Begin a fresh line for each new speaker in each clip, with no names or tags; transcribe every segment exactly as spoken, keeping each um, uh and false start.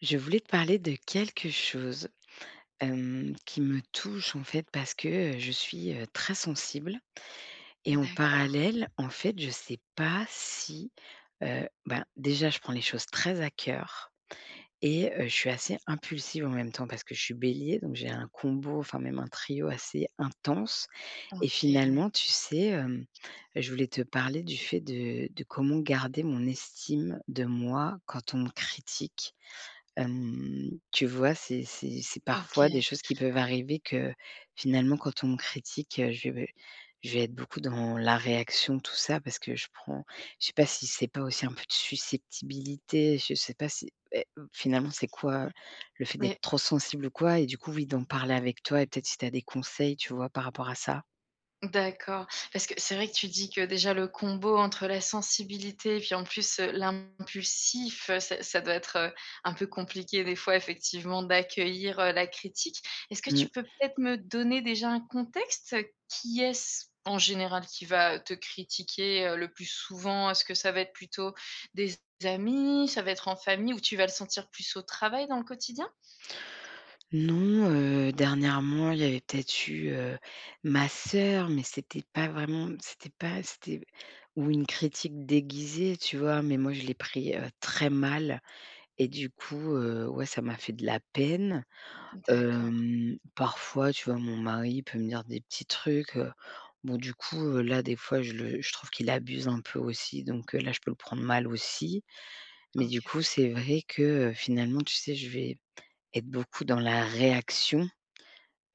Je voulais te parler de quelque chose, hem, qui me touche en fait parce que, heu, je suis, heu, très sensible et en
D'accord.
parallèle, en fait, je sais pas si, heu, ben, déjà je prends les choses très à cœur et heu, je suis assez impulsive en même temps parce que je suis bélier, donc j'ai un combo, enfin même un trio assez intense et
OK,
finalement, tu sais, hem, je voulais te parler du fait de de comment garder mon estime de moi quand on me critique. Hem, tu vois, c'est c'est c'est parfois des
OK.
choses qui peuvent arriver que finalement quand on me critique, heu, je vais je vais être beaucoup dans la réaction, tout ça, parce que je prends je sais pas si c'est pas aussi un peu de susceptibilité, je sais pas si eh, finalement c'est quoi le fait
Mais
d'être trop sensible ou quoi? Et du coup, oui, d'en parler avec toi et peut-être si tu as des conseils, tu vois, par rapport à ça.
d'accord, Parce que c'est vrai que tu dis que déjà le combo entre la sensibilité et puis en plus, heu, l'impulsif, heu, ça ça doit être, heu, un peu compliqué des fois effectivement d'accueillir, heu, la critique. Est-ce que
Mmh.
tu peux peut-être me donner déjà un contexte? Qui est-ce en général qui va te critiquer, heu, le plus souvent? Est-ce que ça va être plutôt des amis? Ça va être en famille? Ou tu vas le sentir plus au travail dans le quotidien?
Non, heu, dernièrement, il y avait peut-être eu, heu, ma sœur, mais c'était pas vraiment c'était pas c'était ou une critique déguisée, tu vois? Mais moi, je l'ai pris, heu, très mal et du coup, heu, ouais, ça m'a fait de la peine.
D'accord,
Hem, parfois, tu vois, mon mari peut me dire des petits trucs, heu, bon, du coup, heu, là, des fois, je le je trouve qu'il abuse un peu aussi, donc heu, là, je peux le prendre mal aussi. Mais du
OK,
coup, c'est vrai que, heu, finalement, tu sais, je vais être beaucoup dans la réaction.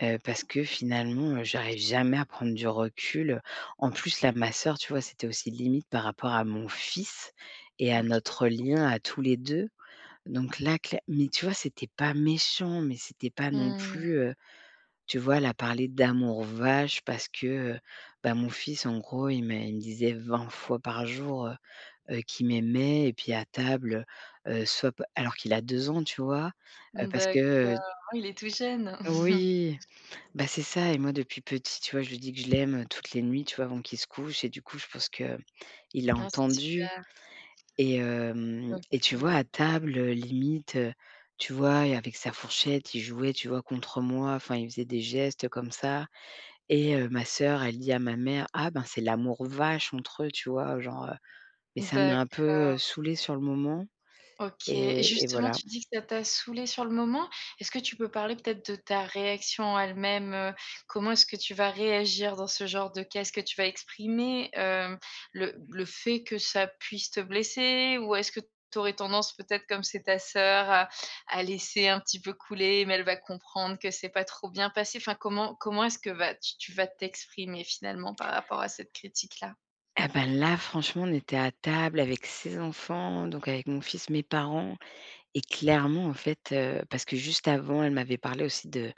Heu, parce que finalement, heu, j'arrive jamais à prendre du recul. En plus, là, ma sœur, tu vois, c'était aussi limite par rapport à mon fils et à
OK.
notre lien à tous les deux. Donc là, cla mais tu vois, c'était pas méchant, mais c'était pas non plus,
Mmh.
heu, tu vois, elle a parlé d'amour vache parce que, heu, bah, mon fils, en gros, il m'a il me disait vingt fois par jour, heu heu, qu'il m'aimait et puis à table, heu soit p alors qu'il a deux ans, tu vois? Heu, parce
D'accord.
que,
Ah, il est tout jeune.
heu oui. Bah, c'est ça et moi depuis petit, tu vois, je lui dis que je l'aime, toutes les nuits, tu vois, avant qu'il se couche et du coup, je pense que il a
Ah, c'est
entendu
super.
et hem et tu vois,
OK.
à table, heu, limite, heu, tu vois, et avec sa fourchette, il jouait, tu vois, contre moi, enfin, il faisait des gestes comme ça et heu, ma sœur, elle dit à ma mère: «Ah ben, c'est l'amour vache entre eux», tu vois? Genre, heu, mais ça m'a un peu,
D'accord.
heu, saoulée sur le moment
OK, et
et et
justement,
voilà.
tu dis que ça t'a saoulée sur le moment. Est-ce que tu peux parler peut-être de ta réaction en elle-même? Heu, comment est-ce que tu vas réagir dans ce genre de cas? Est-ce que tu vas exprimer, hem, le le fait que ça puisse te blesser? Ou est-ce que tu aurais tendance peut-être comme c'est ta sœur à à laisser un petit peu couler, mais elle va comprendre que c'est pas trop bien passé? Enfin, comment comment est-ce que va tu tu vas t'exprimer finalement par rapport à cette critique-là?
Ah ben, là, franchement, on était à table avec ses enfants, donc avec mon fils, mes parents. Et clairement, en fait, heu, parce que juste avant, elle m'avait parlé aussi de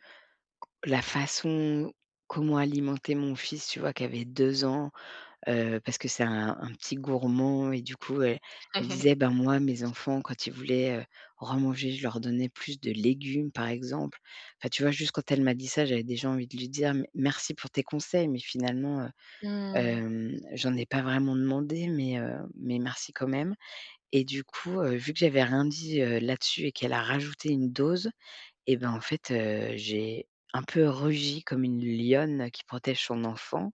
la façon comment alimenter mon fils, tu vois? Qui avait deux ans, heu, parce que c'est un un petit gourmand et du coup, elle elle disait: «Ben, moi, mes enfants, quand ils voulaient, heu, remanger, je leur donnais plus de légumes, par exemple». Enfin, tu vois? Juste quand elle m'a dit ça, j'avais déjà envie de lui dire: «Mais merci pour tes conseils», mais finalement, heu,
Mmh,
hem, j'en ai pas vraiment demandé, mais heu, mais merci quand même. Et du coup, heu, vu que j'avais rien dit, heu, là-dessus et qu'elle a rajouté une dose et ben, en fait, heu, j'ai un peu rugi comme une lionne qui protège son enfant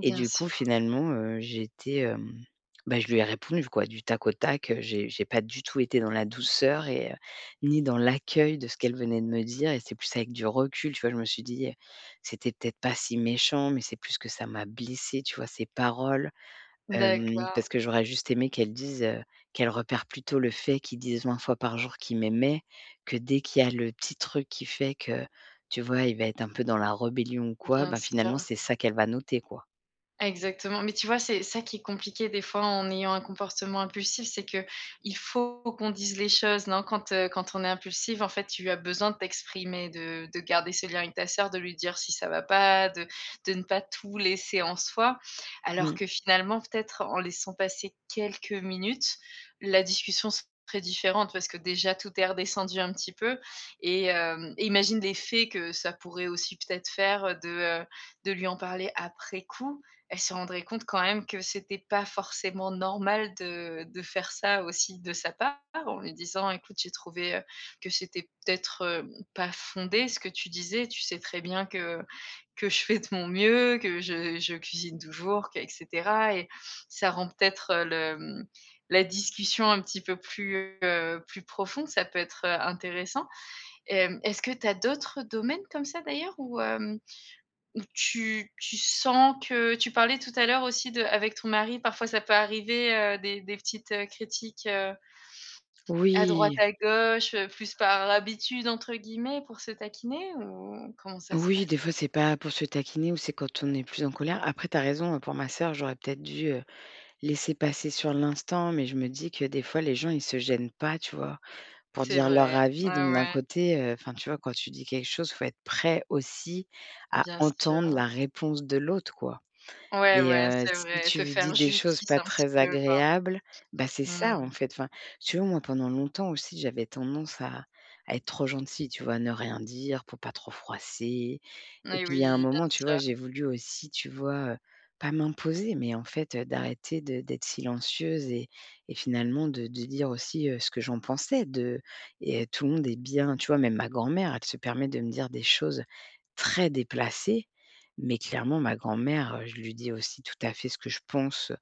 et du
sûr.
coup finalement, heu, j'ai été, hem, bah, je lui ai répondu quoi, du tac au tac, heu, j'ai j'ai pas du tout été dans la douceur et heu, ni dans l'accueil de ce qu'elle venait de me dire et c'est plus avec du recul, tu vois? Je me suis dit, heu: «C'était peut-être pas si méchant, mais c'est plus que ça m'a blessé, tu vois? Ces paroles». Hem,
D'accord,
parce que j'aurais juste aimé qu'elle dise, heu, qu'elle repère plutôt le fait qu'ils disent vingt fois par jour qu'ils m'aimaient, que dès qu'il y a le petit truc qui fait que, tu vois, il va être un peu dans la rébellion ou quoi,
bien
ben finalement,
sûr.
c'est ça qu'elle va noter, quoi.
Exactement, mais tu vois, c'est ça qui est compliqué des fois en ayant un comportement impulsif, c'est que il faut qu'on dise les choses, non? Quand, heu, quand on est impulsif, en fait, tu as besoin de t'exprimer, de de garder ce lien avec ta sœur, de lui dire si ça va pas, de de ne pas tout laisser en soi. Alors
Mmh.
que finalement, peut-être en laissant passer quelques minutes, la discussion serait différente parce que déjà tout est redescendu un petit peu et hem, imagine l'effet que ça pourrait aussi peut-être faire, de, heu, de lui en parler après coup. Elle se rendrait compte quand même que c'était pas forcément normal de de faire ça aussi de sa part, en lui disant: «Écoute, j'ai trouvé, heu, que c'était peut-être, hem, pas fondé ce que tu disais. Tu sais très bien que que je fais de mon mieux, que je je cuisine toujours, que et cetera», et ça rend peut-être, heu, le, mmh, la discussion un petit peu plus, heu, plus profonde. Ça peut être, heu, intéressant. Hem, est-ce que tu as d'autres domaines comme ça d'ailleurs où, tu tu sens que tu parlais tout à l'heure aussi de avec ton mari, parfois ça peut arriver, heu, des des petites, heu, critiques, heu, à droite,
Oui,
à gauche, heu, plus par «habitude» entre guillemets pour se taquiner ou comment ça se
oui, des
passe?
fois, c'est pas pour se taquiner ou c'est quand on est plus en colère. Après, t'as raison, pour ma sœur, j'aurais peut-être dû, heu, laisser passer sur l'instant, mais je me dis que des fois, les gens, ils se gênent pas, tu vois? Pour
C'est
dire leur
vrai,
avis.
ouais,
Donc d'un
ouais,
côté, heu, enfin, tu vois, quand tu dis quelque chose, faut être prêt aussi à
bien
entendre
sûr.
la réponse de l'autre, quoi.
Ouais,
Et
ouais,
heu,
c'est
si
vrai,
tu
te
lui dis
faire
des choses
justice
pas
un petit
très
peu quoi.
agréables, bah, c'est ça en
Mmh.
fait. Enfin, si tu vois, moi pendant longtemps aussi, j'avais tendance à à être trop gentille, tu vois? À ne rien dire pour pas trop froisser. Et
Et
puis il y a
oui,
un moment, tu vois,
bien
j'ai
sûr.
voulu aussi, tu vois, heu, pas m'imposer, mais en fait, heu, d'arrêter de d'être silencieuse et et finalement de de dire aussi, heu, ce que j'en pensais de et euh, tout le monde est bien tu vois, même ma grand-mère, elle se permet de me dire des choses très déplacée, mais clairement ma grand-mère, heu, je lui dis aussi tout à fait ce que je pense,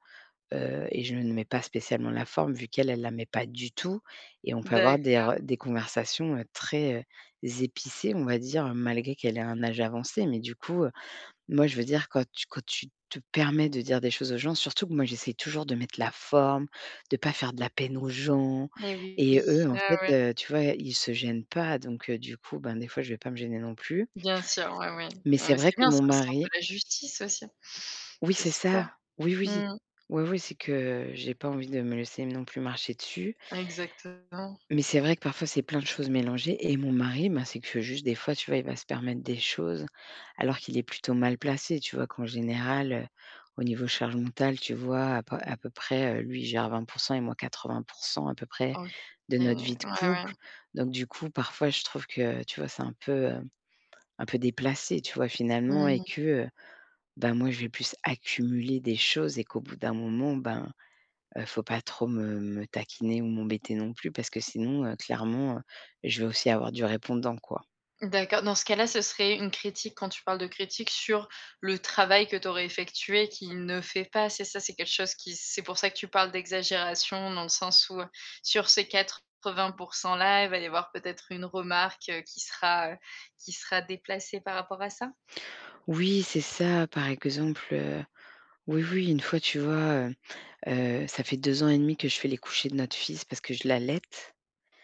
heu et je ne mets pas spécialement la forme vu qu'elle, elle la met pas du tout et on peut avoir
D'accord.
des re des conversations, heu, très, heu, épicées, on va dire, malgré qu'elle ait un âge avancé. Mais du coup, heu, moi, je veux dire quand tu quand tu te permets de dire des choses aux gens, surtout que moi, j'essaie toujours de mettre la forme, de pas faire de la peine aux gens
Et oui,
et eux, en
ouais,
fait,
ouais,
heu, tu vois, ils se gênent pas donc heu, du coup, ben, des fois, je vais pas me gêner non plus.
bien sûr, ouais, ouais.
Mais
Ouais,
c'est
mais c'est
vrai que
bien, c'est
mon
un sens de
mari,
la justice aussi.
oui,
C'est
c'est
super.
ça. Oui, oui.
Mmh.
Oui, oui, c'est que j'ai pas envie de me laisser non plus marcher dessus.
Exactement.
Mais c'est vrai que parfois, c'est plein de choses mélangées et mon mari, ben, c'est que juste des fois, tu vois, il va se permettre des choses alors qu'il est plutôt mal placé, tu vois? Qu'en général, heu, au niveau charge mentale, tu vois, à peu à peu près, heu, lui, il gère vingt et moi quatre-vingts à peu près
OK.
de notre
Ouais,
vie de couple.
ouais.
Donc du coup, parfois, je trouve que, tu vois, c'est un peu, heu, un peu déplacé, tu vois, finalement et
Mmh.
que, heu ben moi, je vais plus accumuler des choses et qu'au bout d'un moment, ben, heu, faut pas trop me me taquiner ou m'embêter non plus parce que sinon, heu, clairement, heu, je vais aussi avoir du répondant, quoi.
D'accord. Dans ce cas-là, ce serait une critique, quand tu parles de critique, sur le travail que tu aurais effectué qui ne fait pas, c'est ça? C'est quelque chose qui c'est pour ça que tu parles d'exagération dans le sens où, heu, sur ces quatre-vingts pour cent là, il va y avoir peut-être une remarque, heu, qui sera, heu, qui sera déplacée par rapport à ça?
Oui, c'est ça, par exemple, heu, oui, oui, une fois, tu vois, heu heu, ça fait deux ans et demi que je fais les couchers de notre fils parce que je l'allaite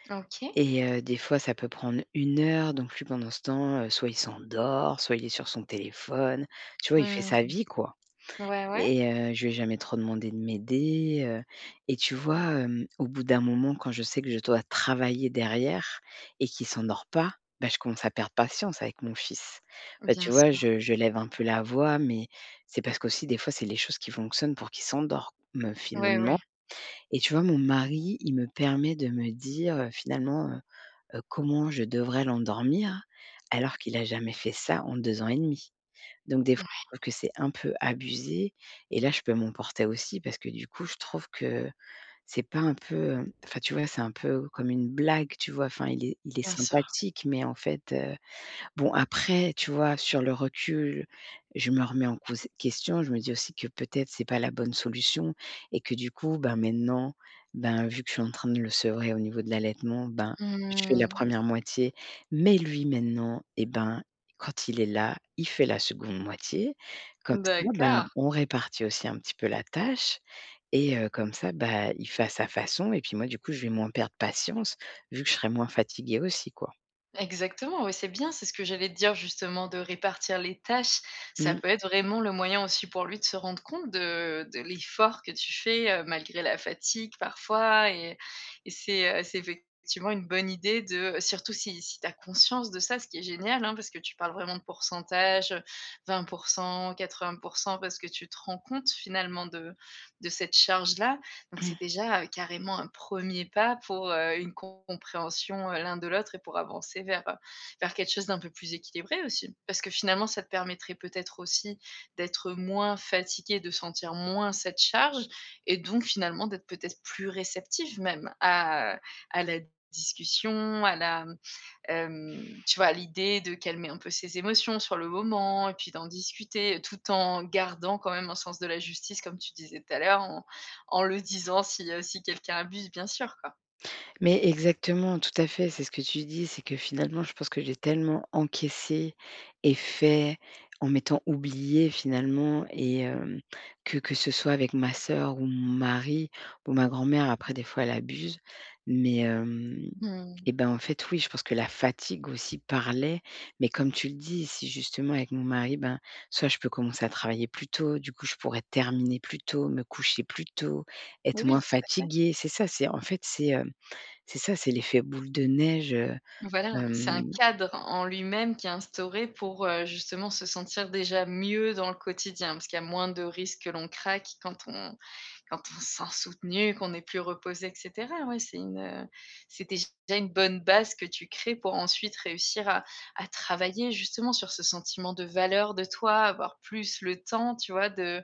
OK.
et heu, des fois, ça peut prendre une heure donc lui, pendant ce temps, heu, soit il s'endort, soit il est sur son téléphone. Tu vois, il fait sa
Mmh.
vie, quoi.
Ouais, ouais.
Et heu, je lui ai jamais trop demandé de m'aider, heu et tu vois, hem, au bout d'un moment, quand je sais que je dois travailler derrière et qu'il s'endort pas, bah, je commence à perdre patience avec mon fils. Bah, tu
Bien
vois,
sûr.
je je lève un peu la voix, mais c'est parce qu'aussi des fois, c'est les choses qui fonctionnent pour qu'il s'endorme, euh,
Ouais,
finalement
ouais.
et tu vois, mon mari, il me permet de me dire, heu, finalement, heu heu, comment je devrais l'endormir alors qu'il a jamais fait ça en deux ans et demi. Donc des fois,
Ouais,
je trouve que c'est un peu abusé et là, je peux m'en porter aussi parce que du coup, je trouve que c'est pas un peu, heu, enfin, tu vois, c'est un peu comme une blague, tu vois? Enfin, il est il est
bien sûr.
sympathique, mais en fait, heu bon après, tu vois, sur le recul, je me remets en cause question. Je me dis aussi que peut-être c'est pas la bonne solution et que du coup, ben, maintenant, ben, vu que je suis en train de le sevrer au niveau de l'allaitement, ben, je fais la
Mmh.
première moitié. Mais lui maintenant et ben, quand il est là, il fait la seconde moitié. Comme ça, ben,
D'accord.
on répartit aussi un petit peu la tâche et heu, comme ça, bah, il fait à sa façon et puis moi, du coup, je vais moins perdre patience vu que je serai moins fatiguée aussi, quoi.
Exactement, oui, c'est bien, c'est ce que j'allais te dire justement de répartir les tâches. Ça peut
Mmh.
être vraiment le moyen aussi pour lui de se rendre compte de, de l'effort que tu fais, heu, malgré la fatigue parfois, et et c'est, heu, c'est effectivement une bonne idée de surtout si si tu as conscience de ça, ce qui est génial, hein, parce que tu parles vraiment de pourcentage, heu, vingt quatre-vingts, parce que tu te rends compte finalement de de cette charge-là, donc c'est déjà, heu, carrément un premier pas pour, heu, une compréhension, heu, l'un de l'autre, et pour avancer vers, heu, vers quelque chose d'un peu plus équilibré aussi. Parce que finalement, ça te permettrait peut-être aussi d'être moins fatigué, de sentir moins cette charge, et donc finalement d'être peut-être plus réceptif même à à la discussion, à la Hem, tu vois, l'idée de calmer un peu ses émotions sur le moment et puis d'en discuter, tout en gardant quand même un sens de la justice, comme tu disais tout à l'heure, en en le disant si, heu, si quelqu'un abuse, bien sûr, quoi.
Mais exactement, tout à fait, c'est ce que tu dis, c'est que finalement, je pense que j'ai tellement encaissé et fait en m'étant oubliée finalement et hem, que que ce soit avec ma sœur ou mon mari ou ma grand-mère, après des fois elle abuse, mais hem
Mmh.
et ben, en fait, oui, je pense que la fatigue aussi parlait, mais comme tu le dis, si justement avec mon mari, ben, soit je peux commencer à travailler plus tôt, du coup, je pourrais terminer plus tôt, me coucher plus tôt, être
Mais
moins
oui, tout à fait.
fatiguée. C'est ça, c'est en fait, c'est, hem c'est ça, c'est l'effet boule de neige, heu,
Voilà, c'est un
hem,
cadre en lui-même qui est instauré pour, heu, justement se sentir déjà mieux dans le quotidien, parce qu'il y a moins de risques que l'on craque quand on quand on se sent soutenu, qu'on est plus reposé et cetera, ouais, c'est une, heu, c'est déjà une bonne base que tu crées pour ensuite réussir à à travailler justement sur ce sentiment de valeur de toi, avoir plus le temps, tu vois, de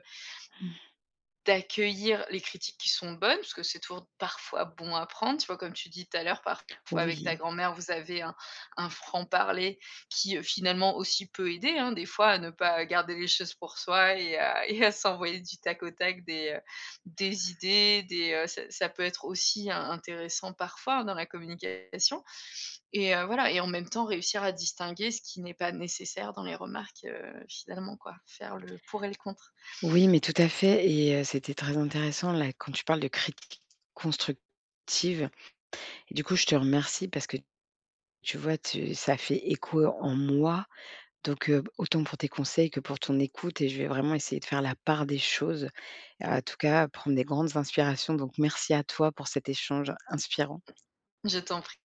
d'accueillir les critiques qui sont bonnes, parce que c'est toujours parfois bon à prendre. Tu vois, comme tu dis tout à l'heure, parfois avec ta
oui,
grand-mère, vous avez un, un franc-parler qui euh, finalement aussi peut aider, hein, des fois, à ne pas garder les choses pour soi et à, et à s'envoyer du tac au tac des, euh, des idées. Des, euh, ça, ça peut être aussi hein, intéressant parfois dans la communication. Et euh, voilà, et en même temps, réussir à distinguer ce qui n'est pas nécessaire dans les remarques, euh, finalement, quoi. Faire le pour et le contre.
oui, mais tout à fait et heu, c'était très intéressant là, quand tu parles de critique constructive et du coup, je te remercie parce que tu vois, tu ça fait écho en moi donc heu, autant pour tes conseils que pour ton écoute et je vais vraiment essayer de faire la part des choses, en tout cas, prendre des grandes inspirations donc merci à toi pour cet échange inspirant.
Je t'en prie.